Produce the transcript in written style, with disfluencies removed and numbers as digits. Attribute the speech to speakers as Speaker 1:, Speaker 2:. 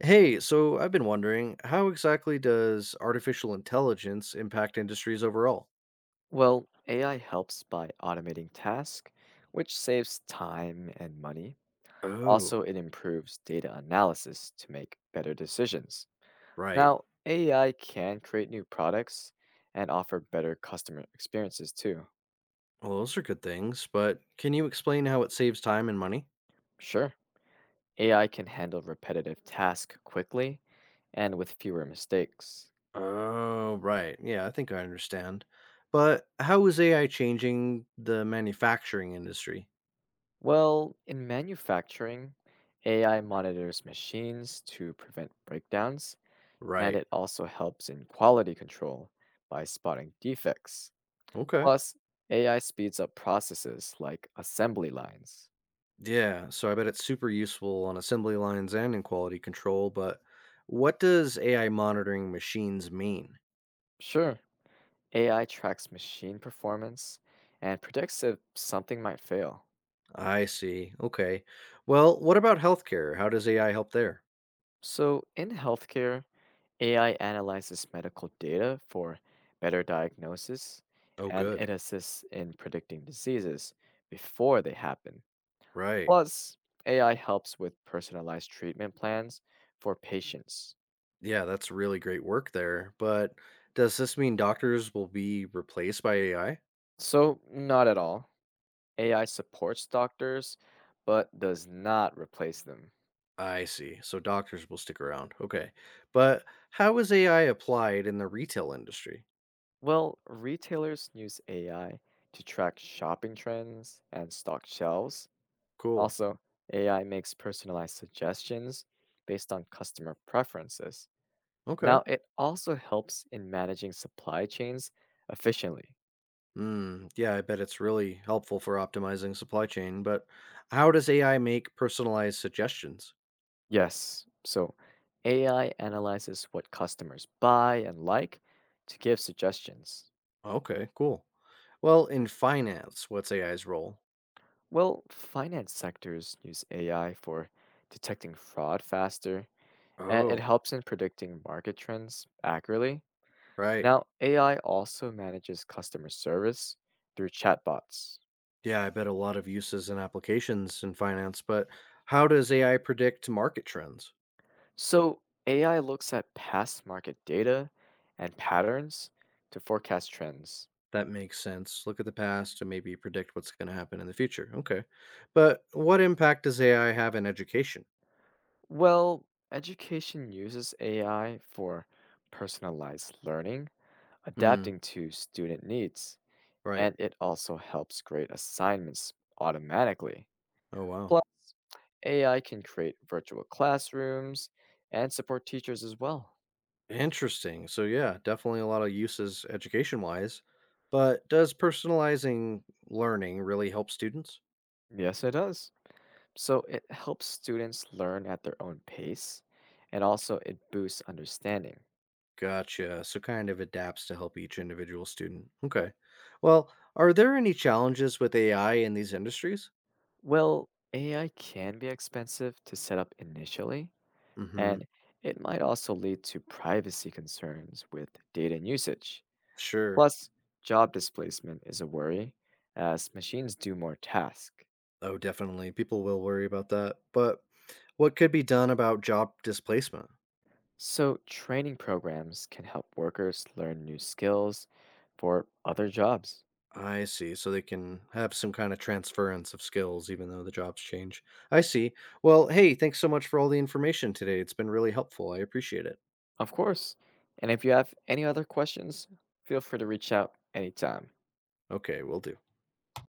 Speaker 1: Hey, so I've been wondering, how exactly does artificial intelligence impact industries overall?
Speaker 2: Well, AI helps by automating tasks, which saves time and money.
Speaker 1: Oh,
Speaker 2: Also, it improves data analysis to make better decisions.
Speaker 1: right.
Speaker 2: Now, AI can create new products and offer better customer experiences too.
Speaker 1: Well, those are good things, but can you explain how it saves time and money?
Speaker 2: Sure, AI can handle repetitive tasks quickly and with fewer mistakes.
Speaker 1: Oh, right. Yeah, I think I understand. But how is AI changing the manufacturing industry?
Speaker 2: Well, in manufacturing, AI monitors machines to prevent breakdowns and
Speaker 1: Right.
Speaker 2: it also helps in quality control by spotting defects.
Speaker 1: Okay.
Speaker 2: Plus, AI speeds up processes like assembly lines.
Speaker 1: Yeah, so I bet it's super useful on assembly lines and in quality control, but what does AI monitoring machines mean?
Speaker 2: Sure. AI tracks machine performance and predicts if something might fail.
Speaker 1: I see. Okay. Well, what about healthcare? How does AI help there?
Speaker 2: So, in healthcare, AI analyzes medical data for better diagnosis
Speaker 1: Oh,
Speaker 2: and
Speaker 1: good.
Speaker 2: it assists in predicting diseases before they happen.
Speaker 1: Right.
Speaker 2: Plus, AI helps with personalized treatment plans for patients.
Speaker 1: Yeah, that's really great work there. But does this mean doctors will be replaced by AI? I
Speaker 2: So, not at all. AI supports doctors, but does not replace them.
Speaker 1: I see. So doctors will stick around. Okay. But how is AI applied in the retail industry?
Speaker 2: Well, retailers use AI to track shopping trends and stock shelves.
Speaker 1: Cool.
Speaker 2: Also, AI makes personalized suggestions based on customer preferences.
Speaker 1: Okay.
Speaker 2: Now, it also helps in managing supply chains efficiently.
Speaker 1: Mm, yeah, I bet it's really helpful for optimizing supply chain. But how does AI make personalized suggestions?
Speaker 2: Yes, so AI analyzes what customers buy and like to give suggestions.
Speaker 1: Okay, cool. Well, in finance, what's AI's role?
Speaker 2: Well, finance sectors use AI for detecting fraud faster, and it
Speaker 1: Oh.
Speaker 2: helps in predicting market trends accurately.
Speaker 1: Right.
Speaker 2: Now, AI also manages customer service through chatbots.
Speaker 1: Yeah, I bet a lot of uses and applications in finance, but how does AI predict market trends?
Speaker 2: So, AI looks at past market data and patterns to forecast trends.
Speaker 1: That makes sense. Look at the past and maybe predict what's going to happen in the future. Okay. But what impact does AI have in education?
Speaker 2: Well, education uses AI for personalized learning,
Speaker 1: Hmm.
Speaker 2: adapting to student needs,
Speaker 1: Right.
Speaker 2: and it also helps grade assignments automatically.
Speaker 1: Oh, wow.
Speaker 2: Plus, AI can create virtual classrooms and support teachers as well.
Speaker 1: Interesting. So, yeah, definitely a lot of uses education wise. But does personalizing learning really help students?
Speaker 2: Yes, it does. So it helps students learn at their own pace and also it boosts understanding.
Speaker 1: Gotcha. So kind of adapts to help each individual student. Okay. Well, are there any challenges with AI in these industries?
Speaker 2: Well, AI can be expensive to set up initially,
Speaker 1: Mm-hmm.
Speaker 2: and it might also lead to privacy concerns with data and usage.
Speaker 1: Sure.
Speaker 2: Plus, job displacement is a worry as machines do more tasks.
Speaker 1: Oh, definitely. People will worry about that. But what could be done about job displacement?
Speaker 2: So, training programs can help workers learn new skills for other jobs,
Speaker 1: I see. So they can have some kind of transference of skills, even though the jobs change. I see. Well, hey, thanks so much for all the information today. It's been really helpful. I appreciate it.
Speaker 2: of course. And if you have any other questions, feel free to reach out anytime.
Speaker 1: Okay, we'll do.